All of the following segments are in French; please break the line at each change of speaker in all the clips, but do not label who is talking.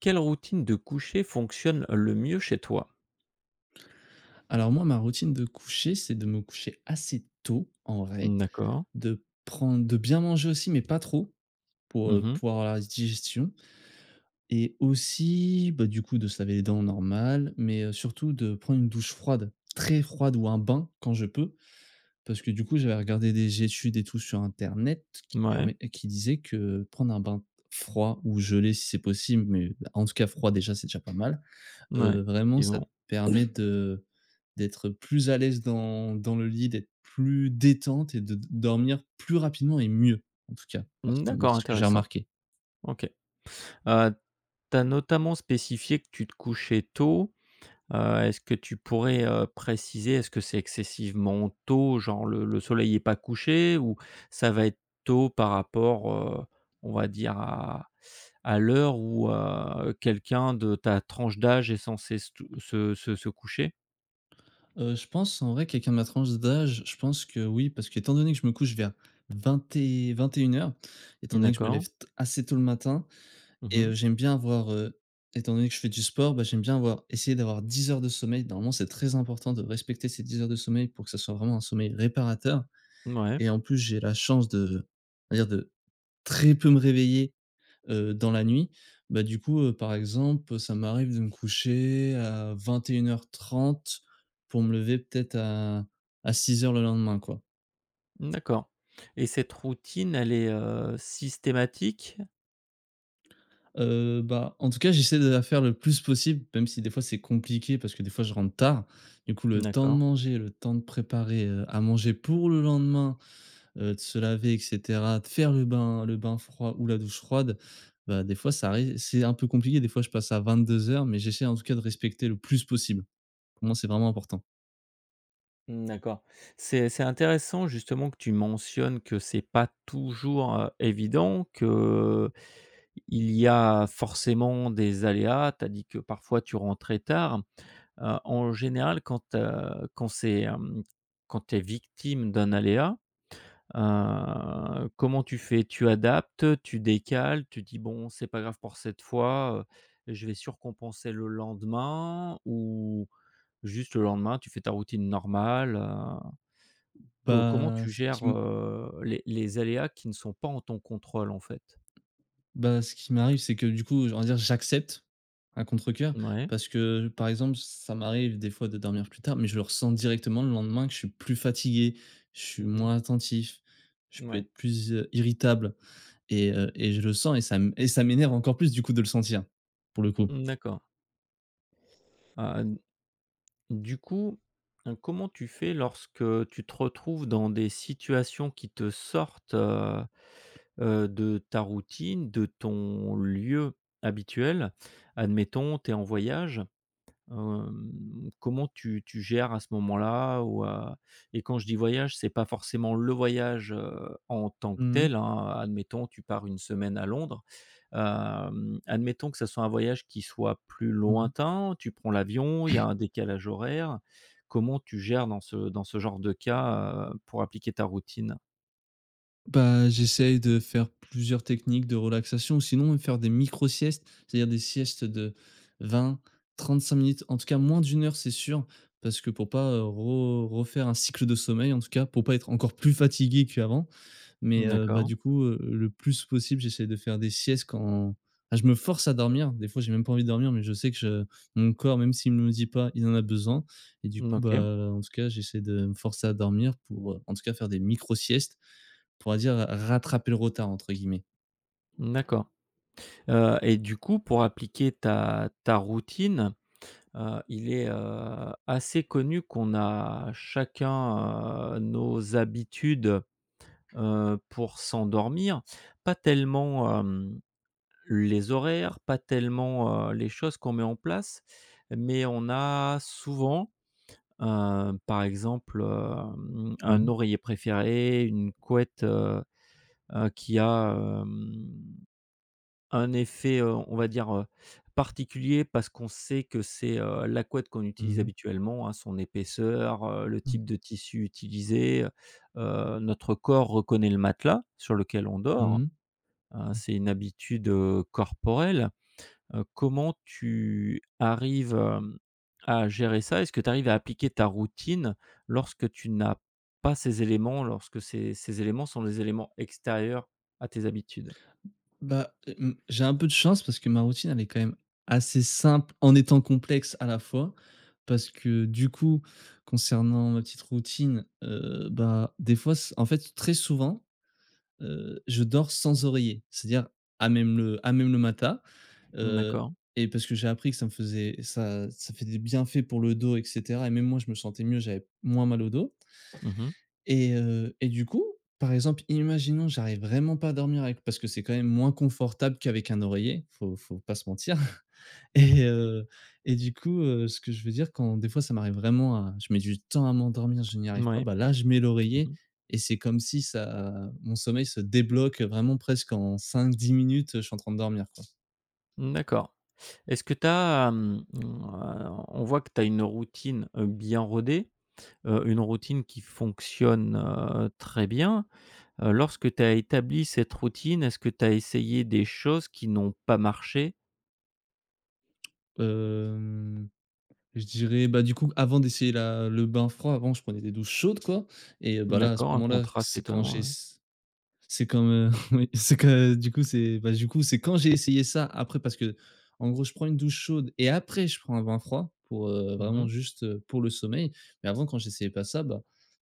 Quelle routine de coucher fonctionne le mieux chez toi?
Alors moi, ma routine de coucher, c'est de me coucher assez tôt, en vrai,
D'accord.
de bien manger aussi, mais pas trop, pour, heu,
Mmh ouais.
pour avoir la digestion et aussi, bah, du coup, de se laver les dents normal, mais, surtout de prendre une douche froide, très froide ou un bain quand je peux. Parce que du coup, j'avais regardé des études et tout sur internet
Mouais,
qui disaient que prendre un bain froid ou gelé si c'est possible, mais en tout cas froid déjà, c'est déjà pas mal, vraiment ça te
effectivement.
permet de d'être plus à l'aise dans le lit, d'être plus détente et de dormir plus rapidement et mieux, en tout cas,
Mmh,
personnellement,
d'accord,
c'est ce que j'ai
intéressant.
remarqué.
OK. Heu, Tu as notamment spécifié que tu te couchais tôt. Est-ce que tu pourrais, préciser, est-ce que c'est excessivement tôt, genre le soleil est pas couché? Ou ça va être tôt par rapport, heu, on va dire à l'heure où, quelqu'un de ta tranche d'âge est censé se tou se se se coucher?
Je pense, en vrai, quelqu'un de ma tranche d'âge, je pense que oui, parce qu'étant donné que je me couche vers 21 heures, étant donné que je me lève
D'accord.
t assez tôt le matin
Mmh
et
mh.
j'aime bien avoir, étant donné que je fais du sport, bah, j'aime bien avoir essayer d'avoir 10 heures de sommeil. Normalement, c'est très important de respecter ces 10 heures de sommeil pour que ça soit vraiment un sommeil réparateur
Ouais.
et en plus, j'ai la chance de on va dire de très peu me réveiller, dans la nuit. Bah, du coup, par exemple, ça m'arrive de me coucher à 21h30 pour me lever peut-être à 6 heures le lendemain, quoi.
D'accord, et cette routine, elle est, systématique?
Bah, en tout cas, j'essaie de la faire le plus possible, même si des fois c'est compliqué parce que des fois je rentre tard. Du coup, le temps de
D'accord.
manger, le temps de préparer, à manger pour le lendemain, de se laver et cetera, de faire le bain froid ou la douche froide, bah, des fois ça arrive, c'est un peu compliqué, des fois je passe à 22 heures, mais j'essaie en tout cas de respecter le plus possible. Pour moi, c'est vraiment important.
Mmh, d'accord. C'est intéressant justement que tu mentionnes que c'est pas toujours, évident, que il y a forcément des aléas. Tu as dit que parfois tu rentres très tard. En général, quand, quand c'est, quand tu es victime d'un aléa. Comment tu fais? Tu adaptes, tu décales, tu dis: «Bon, c'est pas grave pour cette fois, je vais surcompenser le lendemain» ou juste le lendemain, tu fais ta routine normale, Co Comment
Bah,
tu
ce qui
gères,
m
les aléas qui ne sont pas en ton contrôle, en fait?
Bah, ce qui m'arrive, c'est que du coup, on va dire, j'accepte à contre-cœur,
Ouais.
parce que, par exemple, ça m'arrive des fois de dormir plus tard, mais je le ressens directement le lendemain que je suis plus fatigué, je suis
Mmh.
moins attentif, je peux
Ouais.
être plus irritable et je le sens et et ça m'énerve encore plus du coup de le sentir, pour le coup.
Mmh, d'accord. Heu, du coup, comment tu fais lorsque tu te retrouves dans des situations qui te sortent, de ta routine, de ton lieu habituel. Admettons, tu es en voyage, hem, comment tu gères à ce moment-là? Ou à et quand je dis voyage, c'est pas forcément le voyage, en tant que
Mhm.
tel, hein. Admettons, tu pars une semaine à Londres, hem, admettons que ça soit un voyage qui soit plus lointain, tu prends l'avion, il y a un décalage horaire. Comment tu gères dans ce genre de cas, pour appliquer ta routine?
Bah, j'essaye de faire plusieurs techniques de relaxation, ou sinon faire des micro-siestes, c'est-à-dire des siestes de vingt 35 minutes, en tout cas moins d'une heure, c'est sûr, parce que pour pas, re refaire un cycle de sommeil, en tout cas, pour pas être encore plus fatigué qu'avant. Mais, bah,
D'accord.
du coup, le plus possible, j'essaie de faire des siestes je me force à dormir. Des fois, j'ai même pas envie de dormir, mais je sais que je mon corps, même s'il ne me le dit pas, il en a besoin et du
Mmh,
coup,
OK.
bah, en tout cas, j'essaie de me forcer à dormir pour, en tout cas, faire des micro-siestes, on va dire «rattraper le retard» entre guillemets.
D'accord. Et du coup, pour appliquer ta routine, il est, assez connu qu'on a chacun, nos habitudes, pour s'endormir. Pas tellement, hem, les horaires, pas tellement, les choses qu'on met en place, mais on a souvent, par exemple, hem, un
Mmh.
oreiller préféré, une couette, qui a, hem, un effet, on va dire, particulier parce qu'on sait que c'est, la couette qu'on utilise
Mmh.
habituellement, hein, son épaisseur, le
Mmh.
type de tissu utilisé, notre corps reconnaît le matelas sur lequel on dort,
Mmh.
hein, c'est une habitude, corporelle. Comment tu arrives, à gérer ça? Est-ce que tu arrives à appliquer ta routine lorsque tu n'as pas ces éléments, lorsque ces éléments sont des éléments extérieurs à tes habitudes?
Bah, j'ai un peu de chance parce que ma routine, elle est quand même assez simple en étant complexe à la fois. Parce que du coup, concernant ma petite routine, bah, des fois c en fait, très souvent, je dors sans oreiller. C'est-à-dire à même le matin, heu
D'accord.
et parce que j'ai appris que ça me faisait ça fait des bienfaits pour le dos et cetera et même moi, je me sentais mieux, j'avais moins mal au dos.
Mmh mh. Ouais.
Et du coup, par exemple, imaginons, j'arrive vraiment pas à dormir avec, parce que c'est quand même moins confortable qu'avec un oreiller, faut pas se mentir. et heu et du coup, ce que je veux dire, quand des fois ça m'arrive vraiment à je mets du temps à m'endormir, je n'y arrive pas, bah, là, je mets l'oreiller
Mmh.
et c'est comme si ça mon sommeil se débloque, vraiment presque en cinq dix minutes, je suis en train de dormir, quoi.
D'accord. Est-ce que tu as, mmh, on voit que tu as une routine, bien rodée, une routine qui fonctionne, très bien. Lorsque tu as établi cette routine, est-ce que tu as essayé des choses qui n'ont pas marché?
Hem, je dirais, bah, du coup, avant d'essayer la le bain froid, avant, je prenais des douches chaudes, quoi, et bah, là, à ce
D'accord, un
moment-là,
contraste étonnant, ouais.
c'est quand, oui, c'est que du coup, c'est, bah, du coup, c'est quand j'ai essayé ça, après parce que, en gros, je prends une douche chaude et après je prends un bain froid pour, vraiment,
Mmh.
juste, pour le sommeil. Mais avant, quand j'essayais pas ça, bah,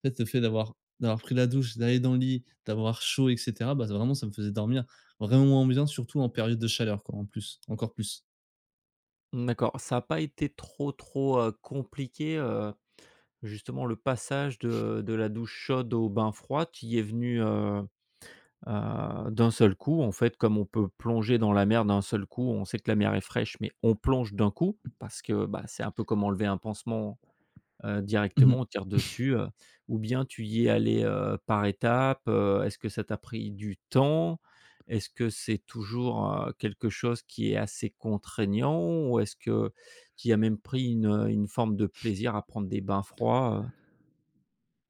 en fait, le fait d'avoir pris la douche, d'aller dans le lit, d'avoir chaud et cetera, bah, vraiment, ça me faisait dormir vraiment moins bien, surtout en période de chaleur, quoi, en plus, encore plus.
D'accord, ça a pas été trop, trop, compliqué, justement le passage de la douche chaude au bain froid? Tu y es venu, d'un seul coup, en fait, comme on peut plonger dans la mer d'un seul coup, on sait que la mer est fraîche, mais on plonge d'un coup parce que, bah, c'est un peu comme enlever un pansement, directement, on tire dessus, ou bien tu y es allé, par étapes, est-ce que ça t'a pris du temps? Est-ce que c'est toujours, quelque chose qui est assez contraignant ou est-ce que tu as même pris une forme de plaisir à prendre des bains froids,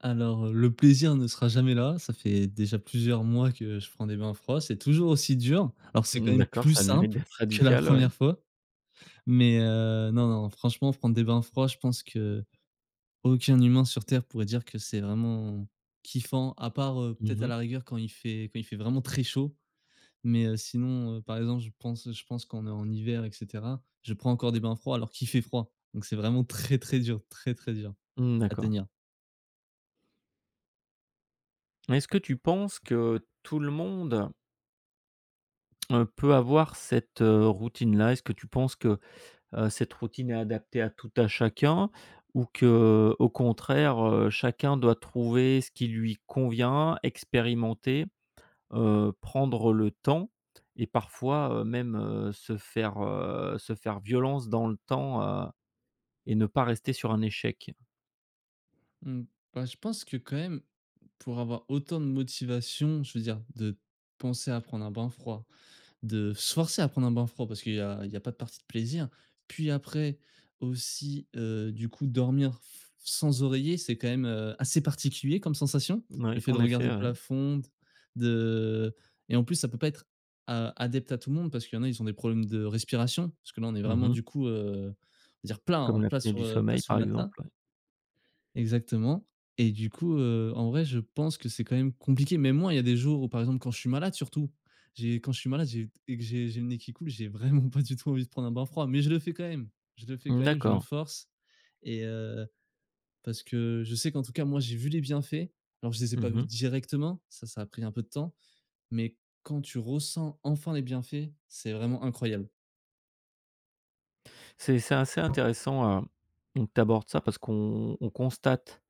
Alors, le plaisir ne sera jamais là. Ça fait déjà plusieurs mois que je prends des bains froids. C'est toujours aussi dur. Alors, c'est quand même
D'accord,
plus
ça a le mérite
simple
d'être
que la
radical, ouais.
première fois, mais non, non, franchement, prendre des bains froids, je pense que aucun humain sur terre pourrait dire que c'est vraiment kiffant, à part, peut-être
Mmh
à
mh.
la rigueur quand il fait vraiment très chaud, mais sinon, par exemple, je pense qu'on est en hiver et cetera, je prends encore des bains froids alors qu'il fait froid, donc c'est vraiment très, très dur
Mmh,
à
d'accord.
tenir.
Est-ce que tu penses que tout le monde, peut avoir cette, routine-là? Est-ce que tu penses que, cette routine est adaptée à tout à chacun ou que, au contraire, chacun doit trouver ce qui lui convient, expérimenter, prendre le temps et parfois, même, se faire violence dans le temps, et ne pas rester sur un échec?
Mmh, bah, je pense que quand même, pour avoir autant de motivation, je veux dire, de penser à prendre un bain froid, de se forcer à prendre un bain froid, parce qu'il y a pas de partie de plaisir. Puis après aussi, du coup, dormir f sans oreiller, c'est quand même, assez particulier comme sensation. Le
Oui,
fait de
en
regarder
effet,
le
ouais.
plafond, de et en plus ça peut pas être a adepte à tout le monde parce qu'il y en a, ils ont des problèmes de respiration. Parce que là, on est
Mmh
vraiment
mh.
du coup, on va dire plat,
Comme
hein,
l'apnée du
plat
sommeil,
sur le
par
matelas.
exemple, ouais.
Exactement, et du coup, en vrai, je pense que c'est quand même compliqué. Même moi, il y a des jours où, par exemple, quand je suis malade surtout, j'ai quand je suis malade, j'ai et que j'ai le nez qui coule, j'ai vraiment pas du tout envie de prendre un bain froid, mais je le fais quand même. Je le fais
Mmh,
quand même, je me
d'accord.
force et parce que je sais qu'en tout cas, moi, j'ai vu les bienfaits. Alors je les ai
Mmh
pas vus
mh.
directement, ça a pris un peu de temps, mais quand tu ressens enfin les bienfaits, c'est vraiment incroyable.
C'est assez intéressant, donc tu abordes ça parce qu'on on constate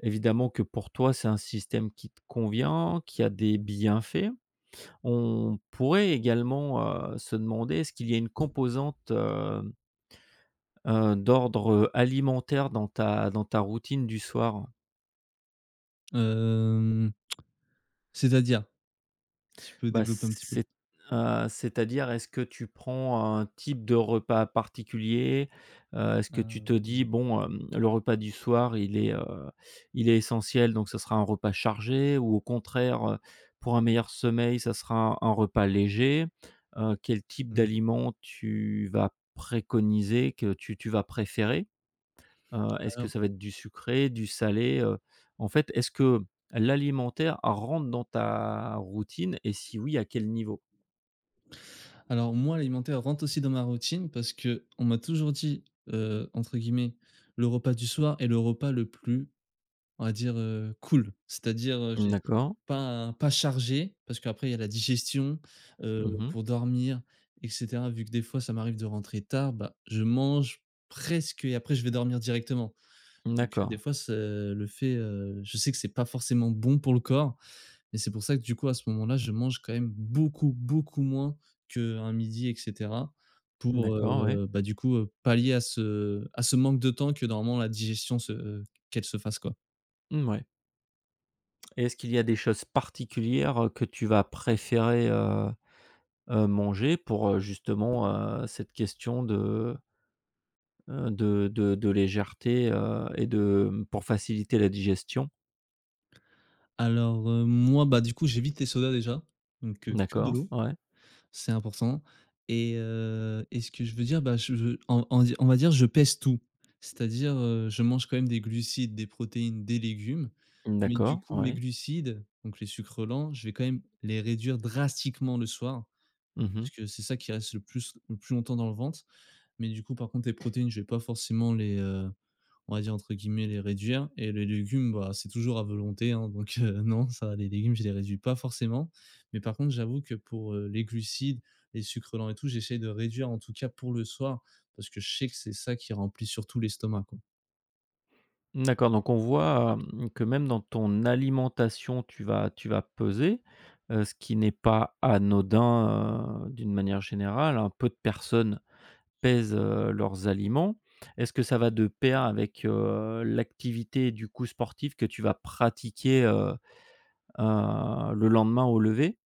évidemment que pour toi, c'est un système qui te convient, qui a des bienfaits. On pourrait également, se demander, est-ce qu'il y a une composante, d'ordre, alimentaire dans ta routine du soir?
Hem, C'est-à-dire? Si tu peux
Bah,
développer un petit peu?
c'est c'est-à-dire, est-ce que tu prends un type de repas particulier? Est-ce que tu te dis:
Hem,
«Bon, hem, le repas du soir, il est essentiel, donc ça sera un repas chargé» ou au contraire, pour un meilleur sommeil, ça sera un repas léger? Quel type
mmh,
d'aliments tu vas préconiser, que tu vas préférer? Est-ce que
alors
ça va être du sucré, du salé, En fait, est-ce que l'alimentaire rentre dans ta routine et si oui, à quel niveau?
alors moi, l'alimentaire rentre aussi dans ma routine parce que on m'a toujours dit, entre guillemets, le repas du soir est le repas le plus, on va dire, cool. C'est-à-dire, j'ai
D'accord.
pas chargé, parce qu'après il y a la digestion,
Mmh.
pour dormir et cetera. Vu que des fois ça m'arrive de rentrer tard, bah, je mange presque et après je vais dormir directement. Donc, des
D'accord.
fois, ce le fait, je sais que c'est pas forcément bon pour le corps et c'est pour ça que du coup, à ce moment-là, je mange quand même beaucoup, beaucoup moins qu'un midi et cetera pour,
D'accord, ouais.
bah, du coup, pallier à ce manque de temps que normalement la digestion se qu'elle se fasse, quoi.
Mmh, ouais. Et est-ce qu'il y a des choses particulières, que tu vas préférer, manger pour, justement, cette question de de légèreté, et de, mmh, pour faciliter la digestion?
Alors, moi, bah, du coup, j'évite les sodas déjà, donc, que de
D'accord,
l'eau.
ouais.
C'est important, et ce que je veux dire, bah, je on di on va dire, je pèse tout. C'est-à-dire, je mange quand même des glucides, des protéines, des légumes, mais du
D'accord,
coup mes
ouais.
glucides, donc les sucres lents, je vais quand même les réduire drastiquement le soir, parce
Mmh.
que c'est ça qui reste le plus longtemps dans le ventre, mais du coup par contre les protéines, je vais pas forcément les, on va dire entre guillemets «les réduire», et les légumes, bah, c'est toujours à volonté, hein, donc non, ça, les légumes, je les réduis pas forcément. Mais par contre, j'avoue que pour, les glucides, les sucres lents et tout, j'essaie de réduire en tout cas pour le soir, parce que je sais que c'est ça qui remplit surtout l'estomac, quoi.
D'accord, donc on voit, hem, que même dans ton alimentation, tu vas peser, ce qui n'est pas anodin, d'une manière générale, hein. Peu de personnes pèsent, leurs aliments. Est-ce que ça va de pair avec, l'activité du coup sportive que tu vas pratiquer, le lendemain au lever?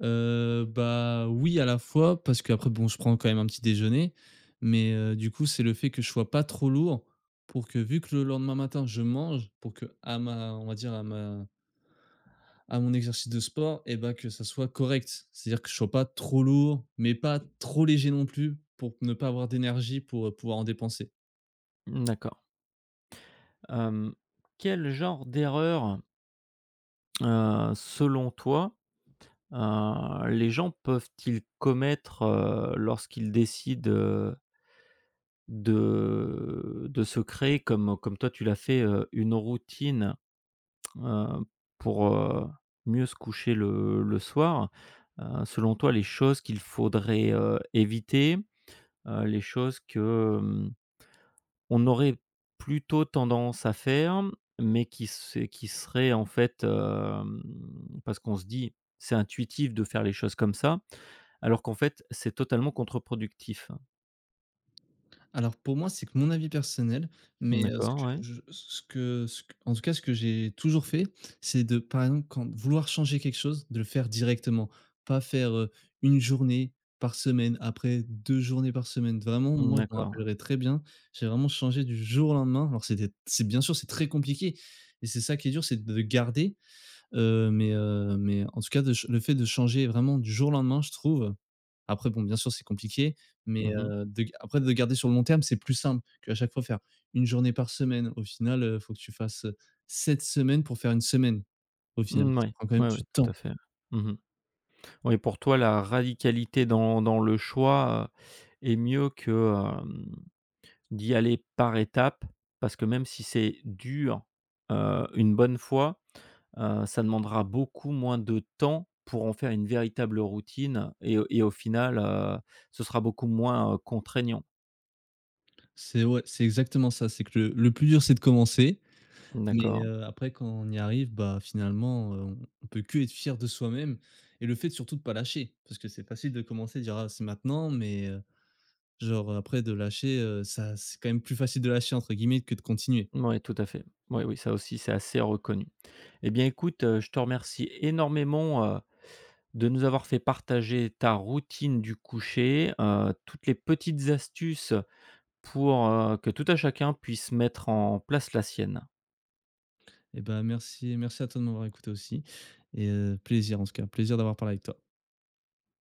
Bah, oui, à la fois parce qu'après, bon, je prends quand même un petit déjeuner, mais du coup, c'est le fait que je sois pas trop lourd, pour que, vu que le lendemain matin, je mange, pour que à ma on va dire à ma à mon exercice de sport, et ben que ça soit correct. C'est-à-dire que je sois pas trop lourd, mais pas trop léger non plus, pour ne pas avoir d'énergie pour, pouvoir en dépenser.
D'accord. Hem, quel genre d'erreur, selon toi, les gens peuvent-ils commettre, lorsqu'ils décident, de se créer comme toi tu l'as fait, une routine, heu, pour, mieux se coucher le soir. Selon toi, les choses qu'il faudrait, éviter, les choses que, hem, on aurait plutôt tendance à faire, mais qui seraient en fait, hem, parce qu'on se dit: «C'est intuitif de faire les choses comme ça», alors qu'en fait, c'est totalement contre-productif.
Alors pour moi, c'est que mon avis personnel, mais ce
D'accord,
que
ouais.
je ce que ce q en tout cas, ce que j'ai toujours fait, c'est de, par exemple, quand vouloir changer quelque chose, de le faire directement. Pas faire, 1 journée par semaine, après 2 journées par semaine. Vraiment, moi, je m'en
D'accord.
rappellerai très bien. J'ai vraiment changé du jour au lendemain. Alors c'est, bien sûr, c'est très compliqué et c'est ça qui est dur, c'est de garder. Mais en tout cas, de ch le fait de changer vraiment du jour au lendemain, je trouve, après bon, bien sûr, c'est compliqué, mais
Mmh.
de après de garder sur le long terme, c'est plus simple qu'à chaque fois faire une journée par semaine. Au final, faut que tu fasses, 7 semaines pour faire une semaine, au final.
Mmh,
Ça
ouais,
prend quand même
ouais,
du
ouais, tout à
temps.
fait. Mmh mh. Oui, pour toi, la radicalité dans le choix, est mieux que, hem, d'y aller par étapes, parce que même si c'est dur, une bonne fois, ça demandera beaucoup moins de temps pour en faire une véritable routine et au final, ce sera beaucoup moins, contraignant.
C'est, ouais, c'est exactement ça. C'est que le plus dur, c'est de commencer, mais
D'accord.
après quand on y arrive, bah, finalement, on peut qu'être fier de soi-même, et le fait surtout de pas lâcher, parce que c'est facile de commencer, de dire: «Ah, c'est maintenant», mais genre, après de lâcher, ça, c'est quand même «plus facile de lâcher» entre guillemets que de continuer.
Mouais, tout à fait. Oui, oui, ça aussi, c'est assez reconnu. Eh bien, écoute, je te remercie énormément, de nous avoir fait partager ta routine du coucher, toutes les petites astuces pour, que tout à chacun puisse mettre en place la sienne.
Et ben merci, merci à toi de m'avoir écouté aussi, et plaisir, en tout cas, plaisir d'avoir parlé avec toi.